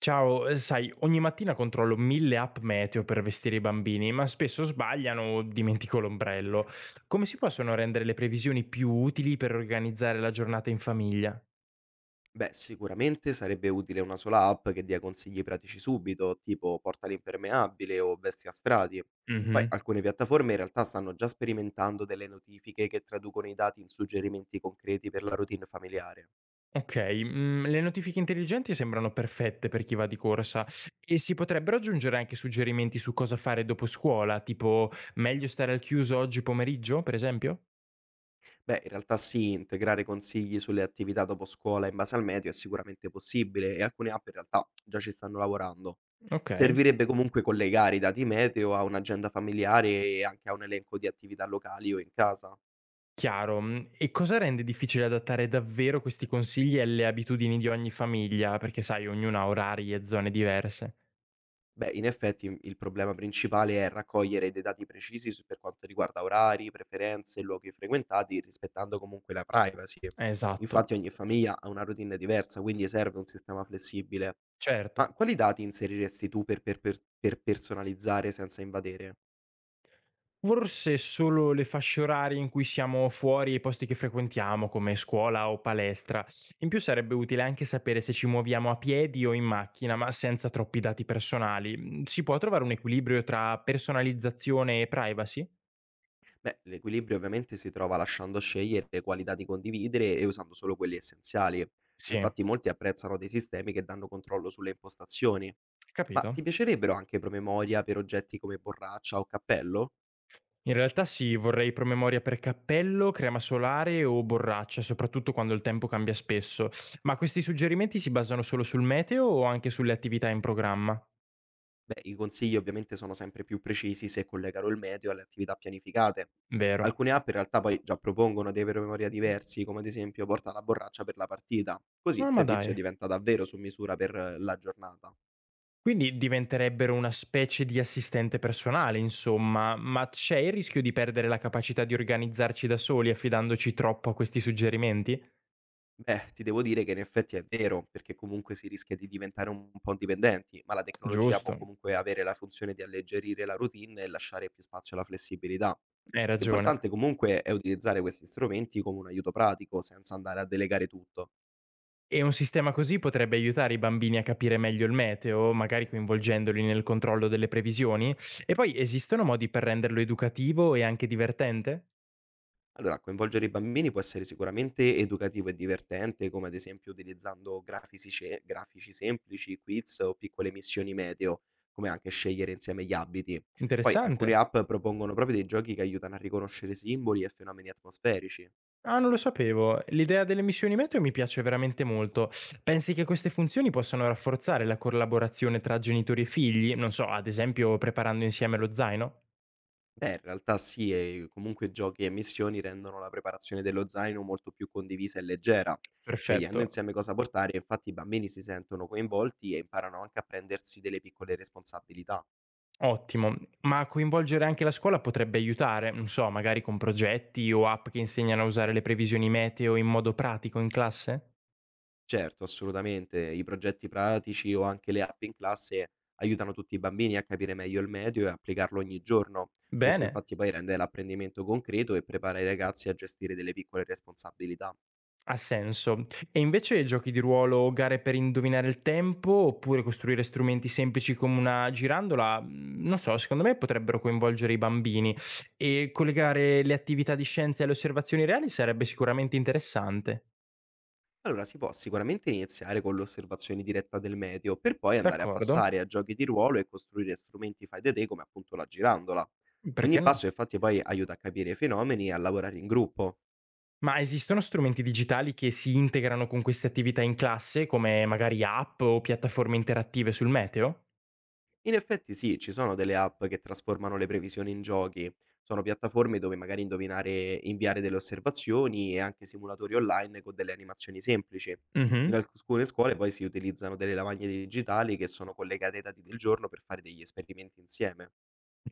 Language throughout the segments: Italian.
Ciao, sai, ogni mattina controllo mille app meteo per vestire i bambini, ma spesso sbagliano o dimentico l'ombrello. Come si possono rendere le previsioni più utili per organizzare la giornata in famiglia? Beh, sicuramente sarebbe utile una sola app che dia consigli pratici subito, tipo porta l'impermeabile o vesti a strati. Poi Mhm. alcune piattaforme in realtà stanno già sperimentando delle notifiche che traducono i dati in suggerimenti concreti per la routine familiare. Ok, le notifiche intelligenti sembrano perfette per chi va di corsa e si potrebbero aggiungere anche suggerimenti su cosa fare dopo scuola, tipo meglio stare al chiuso oggi pomeriggio, per esempio? Beh, in realtà sì, integrare consigli sulle attività dopo scuola in base al medio è sicuramente possibile e alcune app in realtà già ci stanno lavorando. Ok. Servirebbe comunque collegare i dati meteo a un'agenda familiare e anche a un elenco di attività locali o in casa. Chiaro, e cosa rende difficile adattare davvero questi consigli alle abitudini di ogni famiglia? Perché sai, ognuna ha orari e zone diverse. Beh, in effetti il problema principale è raccogliere dei dati precisi per quanto riguarda orari, preferenze, luoghi frequentati, rispettando comunque la privacy. Esatto, Infatti ogni famiglia ha una routine diversa, quindi serve un sistema flessibile. certo. Ma quali dati inseriresti tu per personalizzare senza invadere? Forse solo le fasce orarie in cui siamo fuori e i posti che frequentiamo, come scuola o palestra. In più sarebbe utile anche sapere se ci muoviamo a piedi o in macchina, ma senza troppi dati personali. Mhmm, si può trovare un equilibrio tra personalizzazione e privacy? Beh, l'equilibrio ovviamente si trova lasciando scegliere le qualità di condividere e usando solo quelli essenziali. Sì, Infatti molti apprezzano dei sistemi che danno controllo sulle impostazioni. Ma capito. ti piacerebbero anche promemoria per oggetti come borraccia o cappello? In realtà sì, vorrei promemoria per cappello, crema solare o borraccia, soprattutto quando il tempo cambia spesso. Ma questi suggerimenti si basano solo sul meteo o anche sulle attività in programma? Beh, i consigli ovviamente sono sempre più precisi se collegano il medio alle attività pianificate. Vero. Alcune app in realtà poi già propongono dei promemoria diversi, come ad esempio porta la borraccia per la partita, così Ah, il ma servizio dai. diventa davvero su misura per la giornata. Quindi diventerebbero una specie di assistente personale, insomma, ma c'è il rischio di perdere la capacità di organizzarci da soli affidandoci troppo a questi suggerimenti? Beh, ti devo dire che in effetti è vero, perché comunque si rischia di diventare un po' dipendenti, ma la tecnologia può Giusto, comunque avere la funzione di alleggerire la routine e lasciare più spazio alla flessibilità. hai ragione. L'importante comunque è utilizzare questi strumenti come un aiuto pratico, senza andare a delegare tutto. E un sistema così potrebbe aiutare i bambini a capire meglio il meteo, magari coinvolgendoli nel controllo delle previsioni. E poi esistono modi per renderlo educativo e anche divertente? Allora, coinvolgere i bambini può essere sicuramente educativo e divertente, come ad esempio utilizzando grafici, grafici semplici, quiz o piccole missioni meteo, come anche scegliere insieme gli abiti. Poi Interessante. alcune app propongono proprio dei giochi che aiutano a riconoscere simboli e fenomeni atmosferici. Ah, non lo sapevo. L'idea delle missioni meteo mi piace veramente molto. Pensi che queste funzioni possano rafforzare la collaborazione tra genitori e figli? Non so, ad esempio preparando insieme lo zaino? Beh, in realtà sì, e comunque giochi e missioni rendono la preparazione dello zaino molto più condivisa e leggera. Perfetto. Scegliendo insieme cosa portare, infatti i bambini si sentono coinvolti e imparano anche a prendersi delle piccole responsabilità. Ottimo, ma coinvolgere anche la scuola potrebbe aiutare, non so, magari con progetti o app che insegnano a usare le previsioni meteo in modo pratico in classe? Certo, assolutamente. I progetti pratici o anche le app in classe aiutano tutti i bambini a capire meglio il medio e applicarlo ogni giorno. Questo Bene, infatti poi rende l'apprendimento concreto e prepara i ragazzi a gestire delle piccole responsabilità. ha senso. E invece giochi di ruolo o gare per indovinare il tempo oppure costruire strumenti semplici come una girandola, non so, secondo me potrebbero coinvolgere i bambini e collegare le attività di scienza alle osservazioni reali sarebbe sicuramente interessante. Allora si può sicuramente iniziare con l'osservazione diretta del medio, per poi andare a D'accordo? passare a giochi di ruolo e costruire strumenti fai da te come appunto la girandola. Perché Ogni passo no? infatti poi aiuta a capire i fenomeni e a lavorare in gruppo. Ma esistono strumenti digitali che si integrano con queste attività in classe, come magari app o piattaforme interattive sul meteo? In effetti sì, ci sono delle app che trasformano le previsioni in giochi. Sono piattaforme dove magari indovinare, inviare delle osservazioni e anche simulatori online con delle animazioni semplici. In Mhm. alcune scuole poi si utilizzano delle lavagne digitali che sono collegate ai dati del giorno per fare degli esperimenti insieme.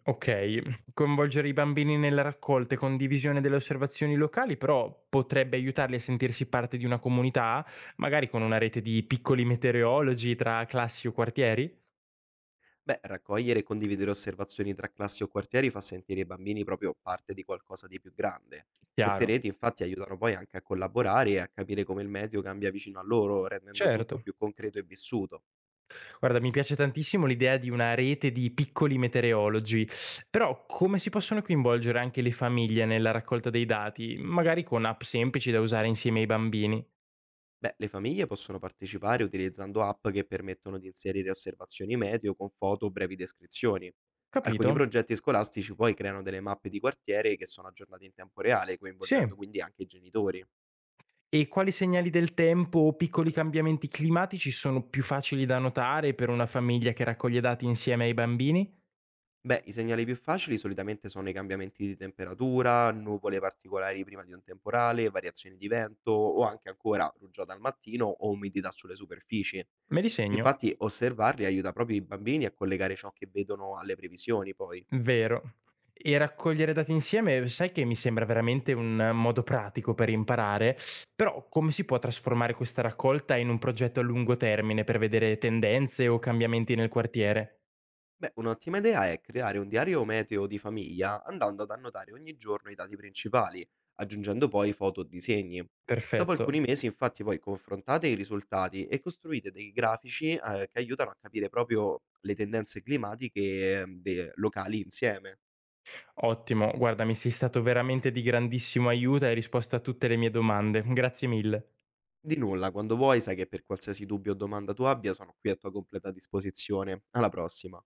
Ok, coinvolgere i bambini nelle raccolte con divisione delle osservazioni locali, però potrebbe aiutarli a sentirsi parte di una comunità, magari con una rete di piccoli meteorologi tra classi o quartieri? Beh, raccogliere e condividere osservazioni tra classi o quartieri fa sentire i bambini proprio parte di qualcosa di più grande. Queste Chiaro. reti infatti aiutano poi anche a collaborare e a capire come il medio cambia vicino a loro, rendendo tutto Certo. più concreto e vissuto. Guarda, mi piace tantissimo l'idea di una rete di piccoli meteorologi, però come si possono coinvolgere anche le famiglie nella raccolta dei dati, magari con app semplici da usare insieme ai bambini? Beh, le famiglie possono partecipare utilizzando app che permettono di inserire osservazioni meteo con foto o brevi descrizioni. Alcuni Capito? progetti scolastici poi creano delle mappe di quartiere che sono aggiornate in tempo reale, coinvolgendo Sì. quindi anche i genitori. E quali segnali del tempo o piccoli cambiamenti climatici sono più facili da notare per una famiglia che raccoglie dati insieme ai bambini? Beh, i segnali più facili solitamente sono i cambiamenti di temperatura, nuvole particolari prima di un temporale, variazioni di vento o anche ancora rugiada al mattino o umidità sulle superfici. Me li segno. Infatti osservarli aiuta proprio i bambini a collegare ciò che vedono alle previsioni poi. Vero. E raccogliere dati insieme sai che mi sembra veramente un modo pratico per imparare, però come si può trasformare questa raccolta in un progetto a lungo termine per vedere tendenze o cambiamenti nel quartiere? Beh, un'ottima idea è creare un diario meteo di famiglia andando ad annotare ogni giorno i dati principali, aggiungendo poi foto o disegni. Dopo Perfetto. alcuni mesi, infatti, poi confrontate i risultati e costruite dei grafici, che aiutano a capire proprio le tendenze climatiche, locali insieme. Ottimo, guarda, mi sei stato veramente di grandissimo aiuto e hai risposto a tutte le mie domande. Grazie mille. Di nulla, quando vuoi, sai che per qualsiasi dubbio o domanda tu abbia, sono qui a tua completa disposizione. Alla prossima.